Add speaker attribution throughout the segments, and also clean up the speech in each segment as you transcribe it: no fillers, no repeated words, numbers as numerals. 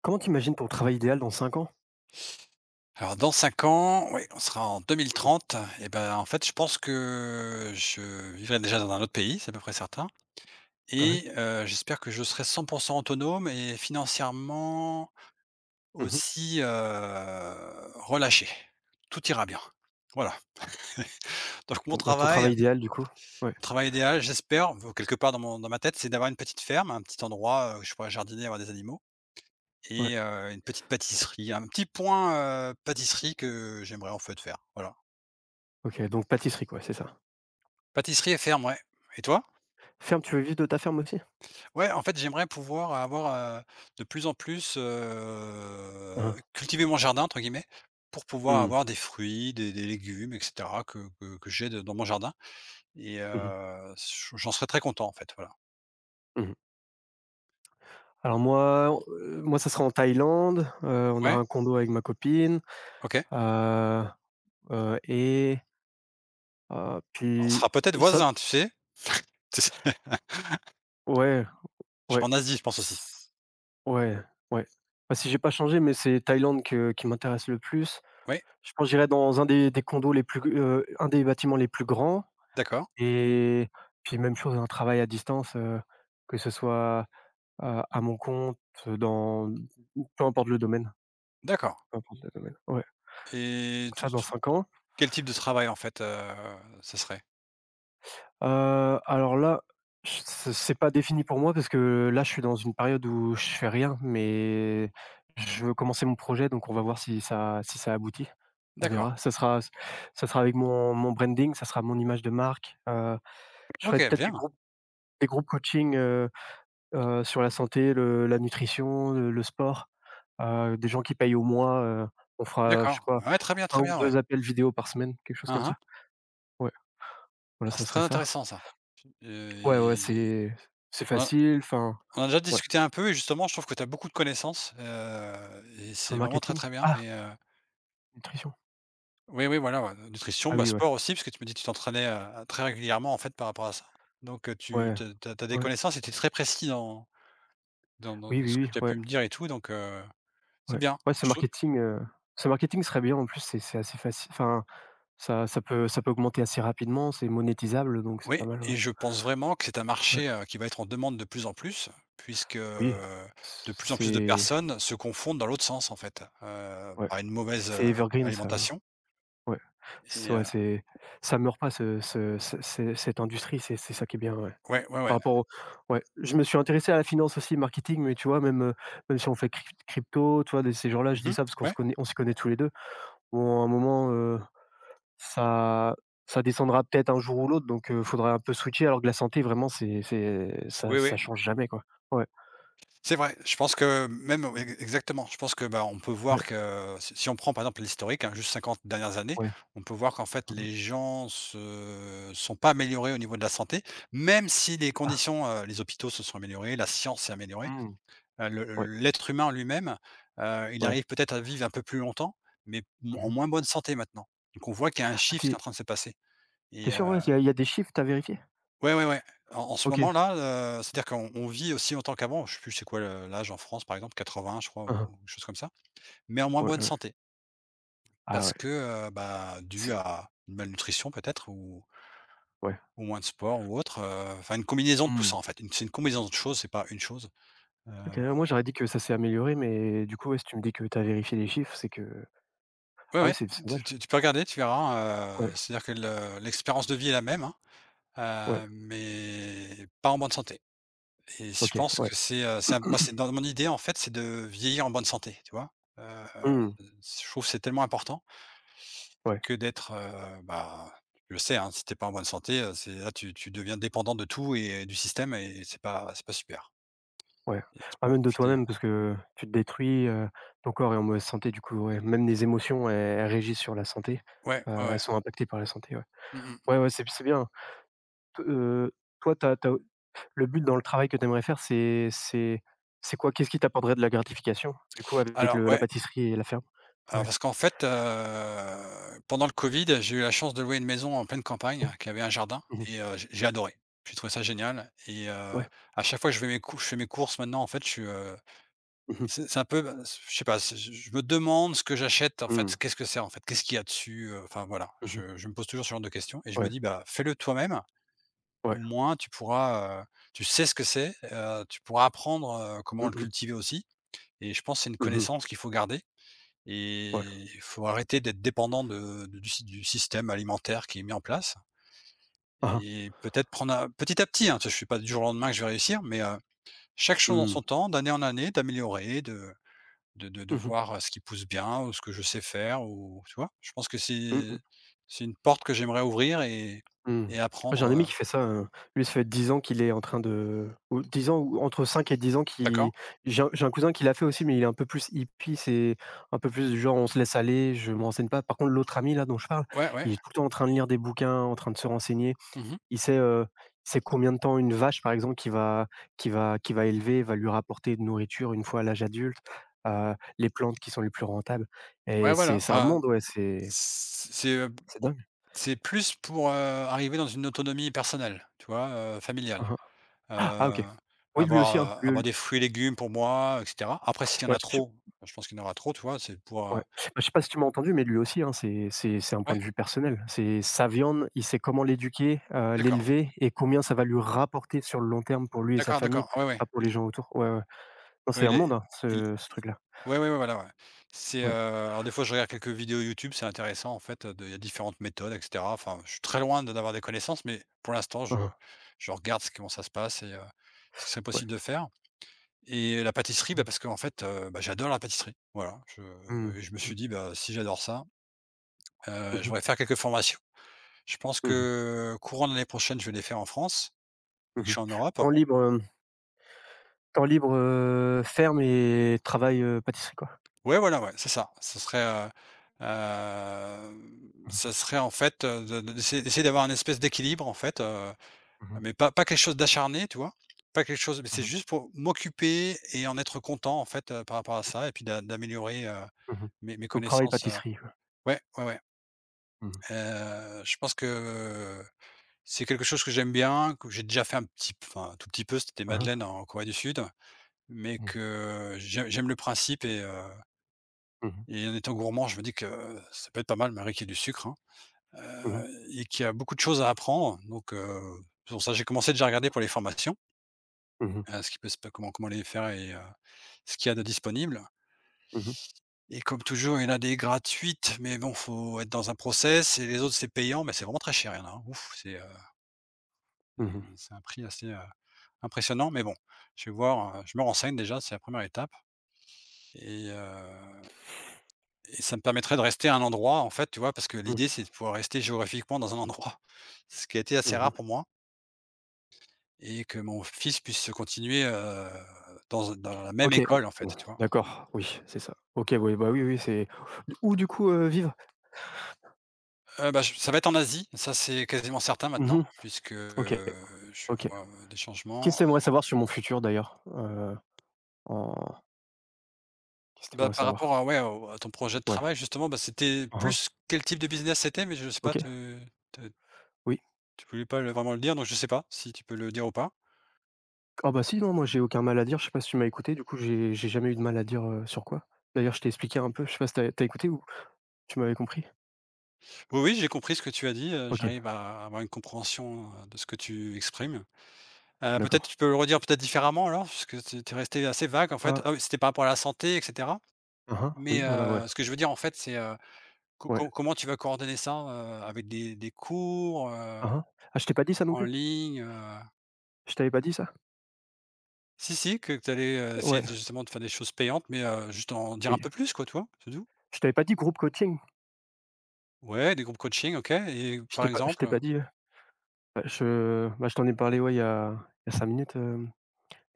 Speaker 1: Comment t'imagines ton travail idéal dans 5 ans?
Speaker 2: Alors dans 5 ans, oui, on sera en
Speaker 1: Mmh.
Speaker 2: 2030 et ben, en fait, je pense que je vivrai déjà dans un autre pays, c'est à peu près certain
Speaker 1: Ah ouais?
Speaker 2: et j'espère que je serai 100 autonome et financièrement
Speaker 1: Mmh.
Speaker 2: aussi, relâché. Tout ira bien. Voilà. Donc mon
Speaker 1: Bon, bah, ton
Speaker 2: travail
Speaker 1: travail idéal du coup? Ouais,
Speaker 2: mon travail idéal, j'espère, quelque part dans ma tête, c'est d'avoir une petite ferme, un petit endroit, où je pourrais jardiner, avoir des animaux
Speaker 1: ouais.
Speaker 2: et une petite pâtisserie, un petit point, pâtisserie que j'aimerais en fait faire. Voilà.
Speaker 1: OK, donc pâtisserie quoi, c'est ça?
Speaker 2: Pâtisserie et ferme, ouais. Et toi?
Speaker 1: Ferme, tu veux vivre de ta ferme aussi?
Speaker 2: Ouais, en fait, j'aimerais pouvoir avoir, de plus en plus,
Speaker 1: Hein.
Speaker 2: «cultiver mon jardin» entre guillemets, pour pouvoir
Speaker 1: Mmh.
Speaker 2: avoir des fruits, des légumes et cetera que j'ai de dans mon jardin et
Speaker 1: Mmh mh.
Speaker 2: j'en serais très content en fait, voilà.
Speaker 1: Mmh. Alors moi, moi ça sera en Thaïlande, on aura
Speaker 2: Ouais,
Speaker 1: un condo avec ma copine.
Speaker 2: OK.
Speaker 1: Heu heu et heu,
Speaker 2: On
Speaker 1: puis
Speaker 2: sera peut-être
Speaker 1: ça
Speaker 2: voisins, tu sais?
Speaker 1: ouais,
Speaker 2: Je serai
Speaker 1: ouais,
Speaker 2: en Asie, je pense aussi.
Speaker 1: s ouais, ouais. Bah, si j'ai pas changé, mais c'est Thaïlande que qui m'intéresse le plus.
Speaker 2: Oui,
Speaker 1: Je pense que j'irai dans un des condos les plus g un des bâtiments les plus grands.
Speaker 2: d'accord,
Speaker 1: Et puis même chose, un travail à distance, que ce soit à mon compte, dans peu importe le domaine,
Speaker 2: d'accord.
Speaker 1: peu importe le domaine. Ouais,
Speaker 2: Et
Speaker 1: ça
Speaker 2: tu
Speaker 1: dans
Speaker 2: tu
Speaker 1: 5 ans.
Speaker 2: quel type de travail en fait, ce serait?
Speaker 1: Alors là, ch c'est pas défini pour moi parce que là, je suis dans une période où je fais rien, mais je veux commencer mon projet, donc on va voir si ça si ça aboutit. On
Speaker 2: D'accord.
Speaker 1: verra. Ça sera s ça sera avec mon branding, ça sera mon image de marque, je ferai
Speaker 2: OK,
Speaker 1: peut-être
Speaker 2: bien.
Speaker 1: des groupes coaching, sur la santé, le la nutrition, le sport, des gens qui payent au mois, on fera, je sais
Speaker 2: D'accord.
Speaker 1: pas,
Speaker 2: Ouais,
Speaker 1: un
Speaker 2: très
Speaker 1: ou
Speaker 2: bien, ouais.
Speaker 1: 2 appels vidéo par semaine, quelque chose
Speaker 2: Hein,
Speaker 1: comme ça.
Speaker 2: hein.
Speaker 1: Ouais, voilà,
Speaker 2: Ah,
Speaker 1: ça
Speaker 2: c'est très
Speaker 1: serait ça.
Speaker 2: intéressant ça. Heu
Speaker 1: Ouais, ouais,
Speaker 2: et
Speaker 1: c'est
Speaker 2: on a
Speaker 1: facile, enfin,
Speaker 2: on a déjà
Speaker 1: ouais.
Speaker 2: discuté un peu et justement, je trouve que tu as beaucoup de connaissances, et
Speaker 1: Sur
Speaker 2: c'est
Speaker 1: le
Speaker 2: vraiment très,
Speaker 1: marketing?
Speaker 2: très bien
Speaker 1: Ah!
Speaker 2: et
Speaker 1: Nutrition.
Speaker 2: oui, oui, voilà, ouais, nutrition,
Speaker 1: Ah
Speaker 2: bah,
Speaker 1: oui, ouais.
Speaker 2: sport aussi, parce que tu me dis que tu t'entraînais, très régulièrement, en fait, par rapport à ça. Donc tu
Speaker 1: Ouais.
Speaker 2: tu as tu as tu as des
Speaker 1: Ouais.
Speaker 2: connaissances et tu es très précis dans dans
Speaker 1: Oui,
Speaker 2: dans ce
Speaker 1: oui,
Speaker 2: que
Speaker 1: oui,
Speaker 2: tu as
Speaker 1: ouais,
Speaker 2: pu me dire et tout, donc c'est
Speaker 1: ouais.
Speaker 2: bien.
Speaker 1: Ouais,
Speaker 2: Je
Speaker 1: ce marketing serait bien, en plus, c'est assez facile, enfin, ça ça peut augmenter assez rapidement, c'est monétisable, donc c'est
Speaker 2: oui
Speaker 1: pas mal, ouais.
Speaker 2: et je pense vraiment que c'est un
Speaker 1: Ouais.
Speaker 2: marché, qui va être en demande de plus en plus, puisque,
Speaker 1: Oui,
Speaker 2: de plus en plus de
Speaker 1: c'est
Speaker 2: personnes se confondent dans l'autre sens, en fait,
Speaker 1: ouais,
Speaker 2: par une mauvaise,
Speaker 1: c'est evergreen ça.
Speaker 2: alimentation
Speaker 1: Ouais,
Speaker 2: et
Speaker 1: ouais, c'est ça meurt pas ce ce ce ce cette industrie, c'est ça qui est bien, ouais.
Speaker 2: ouais, ouais,
Speaker 1: Par
Speaker 2: ouais.
Speaker 1: rapport au ouais, je me suis intéressé à la finance aussi, marketing, mais tu vois, même, même si on fait crypto, tu vois, de ces gens-là, je
Speaker 2: Mmh
Speaker 1: dis
Speaker 2: mh.
Speaker 1: ça parce qu'on se
Speaker 2: Ouais.
Speaker 1: connaît on s'y connaît tous les 2. Bon, à un moment, ça ça descendra peut-être un jour ou l'autre, donc faudra un peu switcher, alors que la santé vraiment c'est ça
Speaker 2: Oui,
Speaker 1: ça
Speaker 2: oui.
Speaker 1: change jamais, quoi. Ouais,
Speaker 2: C'est vrai. Je pense que même oui, ex exactement. Je pense que, bah, on peut
Speaker 1: ouais,
Speaker 2: voir que si on prend, par exemple, l'historique, hein, juste 50 dernières années,
Speaker 1: ouais.
Speaker 2: on peut voir qu'en fait
Speaker 1: Mmh mh.
Speaker 2: les gens se sont pas améliorés au niveau de la santé, même si les
Speaker 1: Ah,
Speaker 2: conditions, les hôpitaux se sont améliorés, la science s'est améliorée.
Speaker 1: mmh,
Speaker 2: Le
Speaker 1: ouais,
Speaker 2: l'être humain lui-même, il
Speaker 1: ouais.
Speaker 2: arrive peut-être à vivre un peu plus longtemps, mais m
Speaker 1: Mmh
Speaker 2: en
Speaker 1: mh.
Speaker 2: moins bonne santé maintenant. Donc on voit qu'il y a un
Speaker 1: Ah,
Speaker 2: shift qui est en train de se passer.
Speaker 1: tu es sûr, ouais, il y a des chiffres, tu as vérifié?
Speaker 2: Ouais, ouais, ouais. En ce
Speaker 1: OK.
Speaker 2: moment-là, c'est-à-dire qu'on vit aussi longtemps qu'avant. Je sais plus c'est quoi le l'âge en France par exemple, 80 je crois
Speaker 1: Hein hein.
Speaker 2: ou quelque chose comme ça, mais en moins
Speaker 1: Ouais, ouais.
Speaker 2: bonne
Speaker 1: Ouais.
Speaker 2: santé.
Speaker 1: Ah
Speaker 2: Parce
Speaker 1: ouais.
Speaker 2: que, bah, dû
Speaker 1: C'est
Speaker 2: à une malnutrition peut-être ou
Speaker 1: ouais.
Speaker 2: moins de sport ou autre, enfin une combinaison de tout
Speaker 1: Mmh.
Speaker 2: ça en fait. Une c'est une combinaison de choses, c'est pas une chose, heu
Speaker 1: OK, ouais, moi j'aurais dit que ça s'est amélioré, mais du coup, ouais, si tu me dis que tu as vérifié les chiffres, c'est que
Speaker 2: ouais,
Speaker 1: ah oui,
Speaker 2: ouais,
Speaker 1: c'est
Speaker 2: tu
Speaker 1: dommage.
Speaker 2: tu tu peux regarder, tu verras,
Speaker 1: Ouais,
Speaker 2: c'est-à-dire que le l'expérience de vie est la même, hein,
Speaker 1: ouais,
Speaker 2: mais pas en bonne santé. Et je
Speaker 1: OK,
Speaker 2: pense
Speaker 1: ouais.
Speaker 2: que c'est un moi, c'est dans mon idée, en fait, c'est de vieillir en bonne santé, tu vois? Heu,
Speaker 1: Mmh,
Speaker 2: je trouve que c'est tellement important
Speaker 1: ouais,
Speaker 2: que d'être, bah, je sais, hein, si t'es pas en bonne santé, c'est là, tu deviens dépendant de tout et du système et c'est pas super
Speaker 1: ouais.
Speaker 2: et tu
Speaker 1: Ah
Speaker 2: peux pas
Speaker 1: même de
Speaker 2: profiter,
Speaker 1: toi-même parce que tu te détruis, ton corps est en mauvaise santé, du coup, ouais, même les émotions, elles régissent sur la santé.
Speaker 2: ouais, ouais,
Speaker 1: Elles
Speaker 2: ouais.
Speaker 1: sont impactées par la santé, ouais.
Speaker 2: Mmh mh.
Speaker 1: Ouais, ouais, c'est bien. T toi, t'as as le but dans le travail que tu aimerais faire, c'est quoi? Qu'est-ce qui t'apporterait de la gratification, du coup, avec
Speaker 2: Alors
Speaker 1: le la
Speaker 2: ouais,
Speaker 1: pâtisserie et la ferme?
Speaker 2: alors
Speaker 1: Ouais.
Speaker 2: parce qu'en fait, pendant le covid, j'ai eu la chance de louer une maison en pleine campagne qui avait un jardin
Speaker 1: Mmh.
Speaker 2: et j'ai adoré. J'ai trouvé ça génial et
Speaker 1: Ouais.
Speaker 2: à chaque fois que je fais mes courses maintenant, en fait, je suis.
Speaker 1: Mmh mh.
Speaker 2: C'est un peu, bah, je sais pas, c'est je me demande ce que j'achète en
Speaker 1: Mmh.
Speaker 2: fait, qu'est-ce que c'est en fait? Qu'est-ce qu'il y a dessus? Enfin voilà,
Speaker 1: Mmh.
Speaker 2: je me pose toujours ce genre de questions et je me
Speaker 1: Ouais,
Speaker 2: dis: «Bah, fais-le toi-même,
Speaker 1: ouais.
Speaker 2: au moins tu pourras, tu sais ce que c'est, tu pourras apprendre, comment
Speaker 1: Mmh
Speaker 2: le
Speaker 1: mh.
Speaker 2: cultiver aussi» et je pense que c'est une
Speaker 1: Mmh.
Speaker 2: connaissance qu'il faut garder et
Speaker 1: Ouais.
Speaker 2: il faut arrêter d'être dépendant de du sy du système alimentaire qui est mis en place
Speaker 1: Ah.
Speaker 2: et peut-être prendre un petit à petit, hein, tu sais, je ne suis pas du jour au lendemain que je vais réussir, mais chaque chose dans
Speaker 1: Mmh.
Speaker 2: son temps, d'année en année, d'améliorer, de
Speaker 1: Mmh mh.
Speaker 2: voir, ce qui pousse bien ou ce que je sais faire ou tu vois? Je pense que c'est
Speaker 1: Mmh.
Speaker 2: c'est une porte que j'aimerais ouvrir et
Speaker 1: Mmh. J'ai
Speaker 2: apprendre,
Speaker 1: un ami qui fait ça, lui, ça fait 10 ans qu'il est en train de ou 10 ans ou entre 5 et 10 ans qui
Speaker 2: d'accord?
Speaker 1: j'ai un cousin qui l'a fait aussi, mais il est un peu plus hippie, c'est un peu plus du genre: «On se laisse aller, je ne me renseigne pas». Par contre, l'autre ami là, dont je parle,
Speaker 2: Ouais, ouais.
Speaker 1: il est tout le temps en train de lire des bouquins, en train de se renseigner.
Speaker 2: Mmh.
Speaker 1: Il sait, heu, il sait combien de temps une vache, par exemple, qui va qui va élever va lui rapporter de nourriture une fois à l'âge adulte, les plantes qui sont les plus rentables
Speaker 2: Ouais,
Speaker 1: et
Speaker 2: voilà.
Speaker 1: c'est un
Speaker 2: Enfin,
Speaker 1: monde, ouais,
Speaker 2: c'est,
Speaker 1: c'est dingue.
Speaker 2: c'est plus pour, arriver dans une autonomie personnelle, tu vois? Familiale.
Speaker 1: Hein,
Speaker 2: Heu,
Speaker 1: hein. Ah OK. Oui, lui aussi, hein, lui
Speaker 2: avoir
Speaker 1: l
Speaker 2: des fruits et légumes pour moi, et cetera. Après s'il y en
Speaker 1: ouais,
Speaker 2: a trop, je pense qu'il y en aura trop, tu vois? C'est pour,
Speaker 1: ouais. Bah, je sais pas si tu m'as entendu, mais lui aussi, hein, c'est un point
Speaker 2: ouais?
Speaker 1: de vue personnel. C'est sa viande, il sait comment l'éduquer,
Speaker 2: D'accord,
Speaker 1: l'élever et combien ça va lui rapporter sur le long terme pour lui et sa
Speaker 2: d'accord,
Speaker 1: famille,
Speaker 2: d'accord. Ah ouais, ouais.
Speaker 1: pas pour les
Speaker 2: Il
Speaker 1: gens autour. Ouais, ouais. Non,
Speaker 2: oui,
Speaker 1: c'est un
Speaker 2: il
Speaker 1: monde,
Speaker 2: est.
Speaker 1: hein, ce truc-là.
Speaker 2: Ouais, ouais, ouais, voilà, ouais. C'est,
Speaker 1: Ouais.
Speaker 2: alors des fois je regarde quelques vidéos YouTube, c'est intéressant en fait, de il y a différentes méthodes et cetera. Enfin, je suis très loin de d'avoir des connaissances, mais pour l'instant
Speaker 1: Hein, hein.
Speaker 2: je regarde ce comment ça se passe et ce qui serait
Speaker 1: Ouais.
Speaker 2: possible de faire et la pâtisserie, bah, parce qu'en fait, bah, j'adore la pâtisserie. Voilà, je
Speaker 1: Mmh.
Speaker 2: et je me
Speaker 1: Mmh mh.
Speaker 2: suis dit: «Bah, si j'adore ça, je
Speaker 1: Mmh.
Speaker 2: voudrais faire quelques formations». Je pense
Speaker 1: Mmh.
Speaker 2: que courant de l'année prochaine, je vais les faire en France, vu que
Speaker 1: Mmh
Speaker 2: je
Speaker 1: mh.
Speaker 2: suis en Europe.
Speaker 1: Temps libre, temps libre, ferme et travail, pâtisserie, quoi.
Speaker 2: Ouais, voilà, ouais, c'est ça. Ce serait, ce serait en fait, de d'essayer d'essayer d'avoir un espèce d'équilibre en fait,
Speaker 1: Mmh mh.
Speaker 2: mais pas quelque chose d'acharné, tu vois? Pas quelque chose mais
Speaker 1: Mmh
Speaker 2: c'est
Speaker 1: mh.
Speaker 2: juste pour m'occuper et en être content en fait, par rapport à ça et puis d'améliorer,
Speaker 1: Mmh mh.
Speaker 2: mes
Speaker 1: Donc travail
Speaker 2: connaissances,
Speaker 1: pâtisserie, quoi.
Speaker 2: ouais, ouais, ouais,
Speaker 1: Mmh mh.
Speaker 2: je pense que c'est quelque chose que j'aime bien, que j'ai déjà fait un petit p enfin un tout petit peu, c'était
Speaker 1: Hein hein.
Speaker 2: Madeleine en Corée du Sud, mais
Speaker 1: Mmh.
Speaker 2: que j'aime le principe et
Speaker 1: Mmh mh. Hein.
Speaker 2: et en étant gourmand, je me dis que ça peut être pas mal, malgré qu'il y ait du sucre, hein,
Speaker 1: Mmh mh.
Speaker 2: heu et qu'il y a beaucoup de choses à apprendre donc c'est pour ça que j'ai commencé déjà à regarder pour les formations,
Speaker 1: Mmh mh.
Speaker 2: ce qui peut se comment les faire et ce qu'il y a de disponible
Speaker 1: Mmh mh.
Speaker 2: et comme toujours, il y en a des gratuites, mais bon, faut être dans un process et les autres, c'est payant, mais c'est vraiment très cher, il y en a, hein, ouf, c'est, c'est un prix assez, impressionnant mais bon, je vais voir, je me renseigne déjà, c'est la première étape et et ça me permettrait de rester à un endroit, en fait, tu vois? Parce que
Speaker 1: Mmh
Speaker 2: l'idée,
Speaker 1: mh.
Speaker 2: c'est de pouvoir rester géographiquement dans un endroit, ce qui a été assez
Speaker 1: Mmh
Speaker 2: rare
Speaker 1: mh.
Speaker 2: pour moi et que mon fils puisse se continuer, dans la même
Speaker 1: OK.
Speaker 2: école, en fait,
Speaker 1: Ouais,
Speaker 2: tu vois?
Speaker 1: d'accord, oui, c'est ça. OK, oui, bah, oui, oui, c'est où du coup, vivre?
Speaker 2: Bah, j ça va être en Asie, ça, c'est quasiment certain
Speaker 1: Mmh
Speaker 2: maintenant
Speaker 1: mh.
Speaker 2: puisque,
Speaker 1: OK,
Speaker 2: je
Speaker 1: OK.
Speaker 2: vois, des
Speaker 1: Qu'est-ce que
Speaker 2: changements.
Speaker 1: tu aimerais savoir sur mon futur d'ailleurs? En qu'est-ce que tu
Speaker 2: Bah,
Speaker 1: aimerais
Speaker 2: par rapport
Speaker 1: savoir?
Speaker 2: à ouais, au à ton projet de
Speaker 1: Ouais.
Speaker 2: travail justement, bah, c'était
Speaker 1: Hein hein.
Speaker 2: plus quel type de business c'était? Mais je sais pas,
Speaker 1: OK,
Speaker 2: te
Speaker 1: oui.
Speaker 2: tu voulais pas le vraiment le dire, donc je sais pas si tu peux le dire ou pas?
Speaker 1: Ah bah si, non, moi j'ai aucun mal à dire, je sais pas si tu m'as écouté, du coup j'ai jamais eu de mal à dire, sur quoi. D'ailleurs je t'ai expliqué un peu, je sais pas si t'as écouté ou tu m'avais compris?
Speaker 2: Oui, oui, j'ai compris ce que tu as dit,
Speaker 1: OK,
Speaker 2: j'arrive à avoir une compréhension, de ce que tu exprimes. Peut-être
Speaker 1: d'accord.
Speaker 2: tu peux le redire peut-être différemment alors? Parce que tu es resté assez vague en fait.
Speaker 1: Ah,
Speaker 2: Ah oui, c'était par rapport à la santé et cetera?
Speaker 1: ah oui,
Speaker 2: Mais,
Speaker 1: voilà, ouais,
Speaker 2: ce que je veux dire en fait c'est, co
Speaker 1: ouais,
Speaker 2: co comment tu vas coordonner ça, avec des cours,
Speaker 1: hein, hein. Ah je t'ai pas dit ça non
Speaker 2: en
Speaker 1: plus?
Speaker 2: ligne?
Speaker 1: Je t'avais pas dit ça?
Speaker 2: Si, si, que tu allais, essayer
Speaker 1: Ouais,
Speaker 2: de justement de faire des choses payantes, mais, juste en dire un
Speaker 1: oui.
Speaker 2: peu plus quoi, toi. Vois? C'est tout.
Speaker 1: Je t'avais pas dit groupe coaching?
Speaker 2: Ouais, des groupes coaching, OK et par
Speaker 1: Je t'ai
Speaker 2: exemple?
Speaker 1: pas dit, bah je t'en ai parlé, ouais, il y a 5 minutes,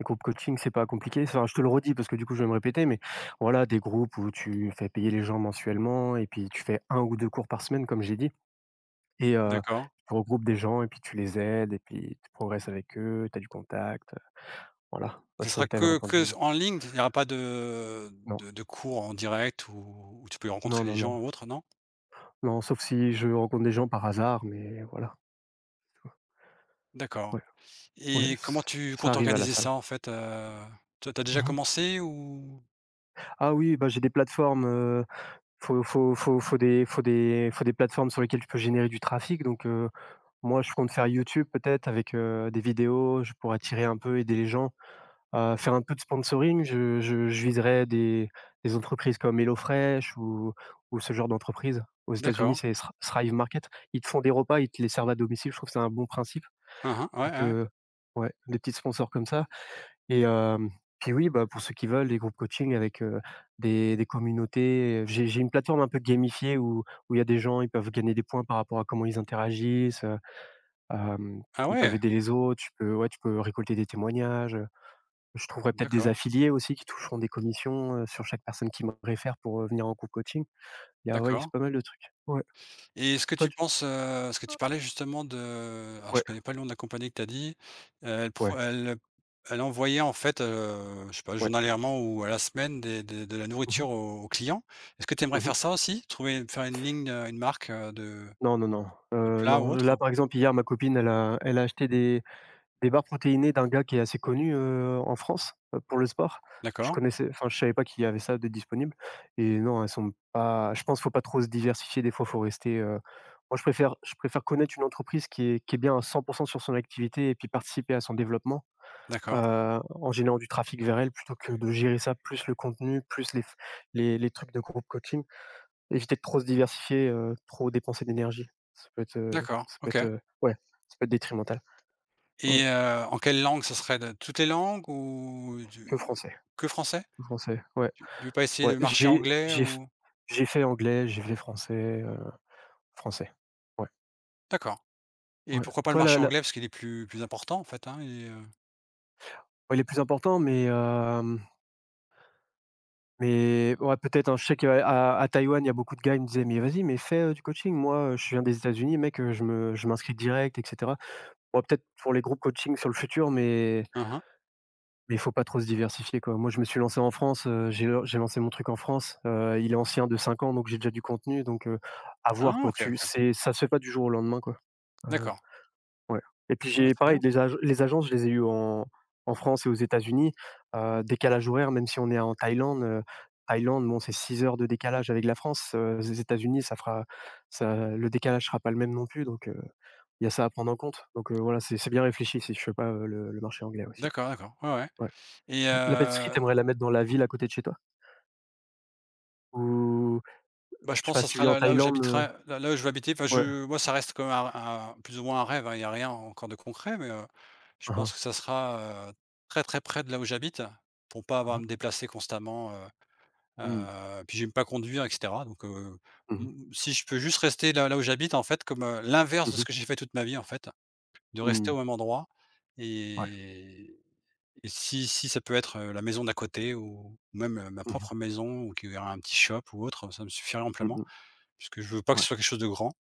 Speaker 1: les groupes coaching c'est pas compliqué, enfin je te le redis parce que du coup je vais me répéter, mais voilà, des groupes où tu fais payer les gens mensuellement et puis tu fais un ou 2 cours par semaine comme j'ai dit. Et
Speaker 2: D'accord.
Speaker 1: tu regroupes des gens et puis tu les aides et puis tu progresses avec eux, tu as du contact, voilà. Moi,
Speaker 2: Ça
Speaker 1: je croyais
Speaker 2: sera
Speaker 1: que tu avais
Speaker 2: que
Speaker 1: entendu,
Speaker 2: s
Speaker 1: mais
Speaker 2: en ligne, il n'y aura pas de
Speaker 1: non.
Speaker 2: de cours en direct où tu peux
Speaker 1: Non,
Speaker 2: rencontrer les
Speaker 1: non, non.
Speaker 2: gens ou autre, non?
Speaker 1: Non, sauf si je rencontre des gens par hasard, mais voilà.
Speaker 2: D'accord
Speaker 1: Ouais, ouais,
Speaker 2: et comment
Speaker 1: ç
Speaker 2: tu
Speaker 1: ça
Speaker 2: comptes
Speaker 1: arrive à la
Speaker 2: organiser ça,
Speaker 1: salle.
Speaker 2: en fait? Tu as déjà
Speaker 1: Mmh.
Speaker 2: commencé ou
Speaker 1: Ah oui, bah, j'ai des plateformes, faut faut faut faut des faut des faut des plateformes sur lesquelles tu peux générer du trafic donc moi, je compte faire YouTube peut-être avec, des vidéos, je pourrais tirer un peu, aider les gens. Faire un peu de sponsoring, je viserais des entreprises comme HelloFresh ou ce genre d'entreprise. Aux États-Unis,
Speaker 2: d'accord.
Speaker 1: c'est Thrive Market. Ils te font des repas, ils te les servent à domicile, je trouve que c'est un bon principe.
Speaker 2: Hein, hein, ouais,
Speaker 1: Donc
Speaker 2: ouais.
Speaker 1: ouais, des petits sponsors comme ça et puis oui, bah, pour ceux qui veulent, des groupes coaching avec, des communautés. J'ai une plateforme un peu gamifiée où où il y a des gens, ils peuvent gagner des points par rapport à comment ils interagissent, hem,
Speaker 2: Ah
Speaker 1: ils peuvent
Speaker 2: ouais!
Speaker 1: aider les autres. Tu peux ouais, tu peux récolter des témoignages, je trouverais peut-être des
Speaker 2: D'accord,
Speaker 1: affiliés aussi qui toucheront des commissions, sur chaque personne qui me réfère pour, venir en groupe coaching. Il y a ouais, c'est
Speaker 2: d'accord.
Speaker 1: pas mal de trucs. Ouais.
Speaker 2: Et est-ce que
Speaker 1: Toi
Speaker 2: tu
Speaker 1: tu
Speaker 2: penses, parce que tu parlais justement de, alors
Speaker 1: ouais,
Speaker 2: je connais pas le nom de la compagnie que tu as dit, elle
Speaker 1: ouais,
Speaker 2: pro elle elle envoyait en fait, je sais pas,
Speaker 1: ouais.
Speaker 2: journalièrement ou à la semaine des de la
Speaker 1: Mmh mh.
Speaker 2: nourriture aux clients. Est-ce que tu aimerais
Speaker 1: Mmh.
Speaker 2: faire ça aussi? Trouver faire une ligne, une marque,
Speaker 1: Non, non, non,
Speaker 2: de plats ou
Speaker 1: non, là,
Speaker 2: autre?
Speaker 1: par exemple, hier, ma copine, elle a acheté des barres protéinées d'un gars qui est assez connu, en France, pour le sport. Je
Speaker 2: D'accord,
Speaker 1: connaissais enfin, je savais pas qu'il y avait ça de disponible et non, elles sont pas je pense, qu'il faut pas trop se diversifier, des fois, faut rester, moi, je préfère connaître une entreprise qui est bien à 100 sur son activité et puis participer à son développement.
Speaker 2: d'accord,
Speaker 1: En générant du trafic vers elle plutôt que de gérer ça, plus le contenu, plus les trucs de groupe coaching. Éviter de trop se diversifier, trop dépenser d'énergie. Ça peut être,
Speaker 2: d'accord, OK.
Speaker 1: ouais, ça peut être détrimental. Ouais,
Speaker 2: Et en quelle langue ce serait? De toutes les langues ou
Speaker 1: que
Speaker 2: du
Speaker 1: français,
Speaker 2: que français?
Speaker 1: que français, ouais,
Speaker 2: Tu veux pas essayer
Speaker 1: ouais.
Speaker 2: le marché anglais ou
Speaker 1: J'ai fait anglais, j'ai fait français, français. Ouais,
Speaker 2: d'accord. Et
Speaker 1: ouais.
Speaker 2: pourquoi pas le
Speaker 1: Toi la
Speaker 2: marché
Speaker 1: la
Speaker 2: anglais? Parce qu'il est plus important en fait, hein.
Speaker 1: ouais, les plus important, mais hem mais ouais, peut-être, hein, je sais qu'à Taïwan, il y a beaucoup de gars, qui me disaient: «Mais vas-y, mais fais, du coaching. Moi, je viens des États-Unis, mec, je me je m'inscris direct et cetera». Bon, peut-être pour les groupes coaching sur le futur,
Speaker 2: Hein, hein.
Speaker 1: mais il faut pas trop se diversifier, quoi. Moi, je me suis lancé en France, j'ai lancé mon truc en France, il est ancien de 5 ans, donc j'ai déjà du contenu, donc à voir,
Speaker 2: Ah
Speaker 1: quoi.
Speaker 2: OK,
Speaker 1: Tu
Speaker 2: OK.
Speaker 1: c'est ça se fait pas du jour au lendemain, quoi. Heu.
Speaker 2: D'accord.
Speaker 1: Ouais et puis
Speaker 2: Ah bah,
Speaker 1: j'ai
Speaker 2: c'est
Speaker 1: pareil
Speaker 2: bien.
Speaker 1: les agences, je les ai eues en France et aux États-Unis, décalage horaire, même si on est en Thaïlande, Thaïlande, bon, c'est 6 heures de décalage avec la France, les États-Unis, ça fera ça le décalage sera pas le même non plus, donc il y a ça à prendre en compte, donc voilà, c'est bien réfléchi si je fais pas, le marché anglais aussi, ouais.
Speaker 2: D'accord, d'accord. Ouais, ouais
Speaker 1: Ouais,
Speaker 2: et
Speaker 1: ouais. La pâtisserie, t'aimerais la mettre dans la ville à côté de chez toi? Ou
Speaker 2: bah, je
Speaker 1: je sais
Speaker 2: pense
Speaker 1: pas,
Speaker 2: que
Speaker 1: si
Speaker 2: ça
Speaker 1: tu
Speaker 2: sera
Speaker 1: vis en
Speaker 2: là où
Speaker 1: Thaïlande,
Speaker 2: j'habiterai, là où je vais habiter. Enfin
Speaker 1: ouais.
Speaker 2: je moi ça reste quand même un plus ou moins un rêve, hein. Il y a rien encore de concret, mais je
Speaker 1: Mmh
Speaker 2: pense que
Speaker 1: mh.
Speaker 2: ça sera, très, très près de là où j'habite pour pas avoir à me déplacer constamment,
Speaker 1: Mmh mh.
Speaker 2: puis j'aime pas conduire et cetera donc
Speaker 1: Mmh mh.
Speaker 2: mmh, si je peux juste rester là où j'habite en fait comme, l'inverse de ce
Speaker 1: Mmh.
Speaker 2: que j'ai fait toute ma vie en fait, de rester
Speaker 1: Mmh.
Speaker 2: au même endroit
Speaker 1: Ouais.
Speaker 2: et si ça peut être, la maison d'à côté ou même, ma
Speaker 1: Mmh mh.
Speaker 2: propre maison ou qu'il y aura un petit shop ou autre, ça me suffirait amplement.
Speaker 1: Mmh.
Speaker 2: Puisque je veux pas que
Speaker 1: Ouais.
Speaker 2: ce soit quelque chose de grand.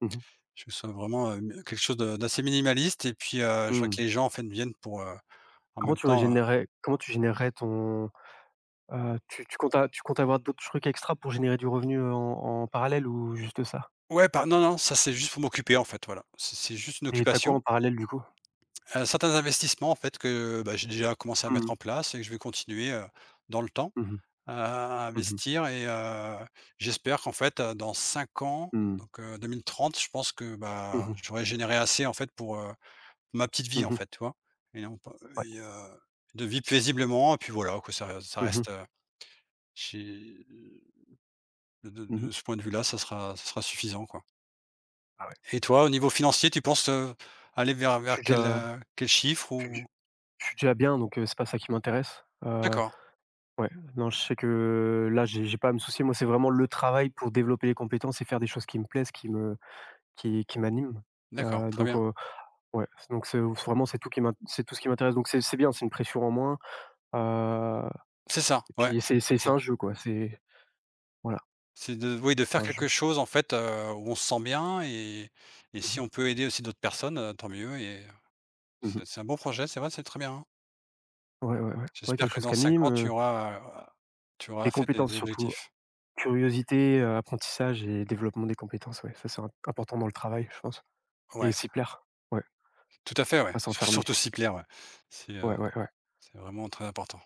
Speaker 1: Mmh mh.
Speaker 2: Je veux que ce soit vraiment, mi quelque chose de d'assez minimaliste et puis, je veux
Speaker 1: Mmh.
Speaker 2: que les gens, en fait, viennent pour, en même temps,
Speaker 1: Comment tu générerais ton, tu comptes avoir d'autres trucs extra pour générer du revenu, en parallèle ou juste ça?
Speaker 2: ouais, par non, non, ça c'est juste pour m'occuper, en fait, voilà. C'est juste une
Speaker 1: Et tu quoi
Speaker 2: occupation.
Speaker 1: en parallèle du coup?
Speaker 2: Certains investissements, en fait, que, bah, j'ai déjà commencé à
Speaker 1: Mmh mh.
Speaker 2: mettre en place et que je vais continuer, dans le temps,
Speaker 1: Mmh mh.
Speaker 2: à
Speaker 1: Mmh mh.
Speaker 2: investir et j'espère qu'en fait, dans 5 ans, donc 2030, je pense que, bah,
Speaker 1: Mmh.
Speaker 2: j'aurai généré assez en fait pour, ma petite vie en
Speaker 1: Mmh.
Speaker 2: fait, tu vois? Et non pas
Speaker 1: Ouais.
Speaker 2: et de vivre paisiblement et puis voilà quoi, ça
Speaker 1: Mmh
Speaker 2: reste,
Speaker 1: mh.
Speaker 2: j'ai
Speaker 1: Mmh.
Speaker 2: de ce point de vue-là, ça sera suffisant quoi.
Speaker 1: Ah ouais.
Speaker 2: Et toi, au niveau financier, tu penses, aller
Speaker 1: Je suis
Speaker 2: vers
Speaker 1: déjà
Speaker 2: quel chiffre
Speaker 1: je suis
Speaker 2: ou
Speaker 1: je suis déjà bien donc c'est pas ça qui m'intéresse.
Speaker 2: d'accord,
Speaker 1: Ouais, non, je sais que là, j'ai pas à me soucier. Moi, c'est vraiment le travail pour développer les compétences et faire des choses qui me plaisent, qui me qui m'animent.
Speaker 2: d'accord,
Speaker 1: Heu,
Speaker 2: très
Speaker 1: donc
Speaker 2: bien.
Speaker 1: euh, Ouais, c'est donc c'est tout ce qui m'intéresse donc c'est bien, c'est une pression en moins, heu
Speaker 2: C'est ça,
Speaker 1: et
Speaker 2: ouais.
Speaker 1: puis c'est un jeu quoi, c'est voilà,
Speaker 2: C'est de oui, de
Speaker 1: c'est
Speaker 2: faire
Speaker 1: un jeu.
Speaker 2: quelque chose en fait, où on se sent bien et
Speaker 1: Mmh mh.
Speaker 2: si on peut aider aussi d'autres personnes, tant mieux et
Speaker 1: Mmh.
Speaker 2: c'est un bon projet, c'est vrai, c'est très bien, hein.
Speaker 1: Ouais, ouais, ouais. Ouais, quelque
Speaker 2: J'espère que
Speaker 1: chose qui
Speaker 2: dans 5 ans
Speaker 1: anime,
Speaker 2: tu
Speaker 1: des
Speaker 2: auras fait des
Speaker 1: compétences
Speaker 2: tes
Speaker 1: surtout,
Speaker 2: objectifs.
Speaker 1: curiosité, apprentissage et développement des compétences, ouais, ça c'est im important dans le travail, je pense et
Speaker 2: Ouais,
Speaker 1: s'y plaire. Ouais,
Speaker 2: tout à fait, ouais,
Speaker 1: pas s'enfermer.
Speaker 2: surtout s'y plaire, ouais. C'est, heu,
Speaker 1: Ouais, ouais, ouais.
Speaker 2: c'est vraiment très important.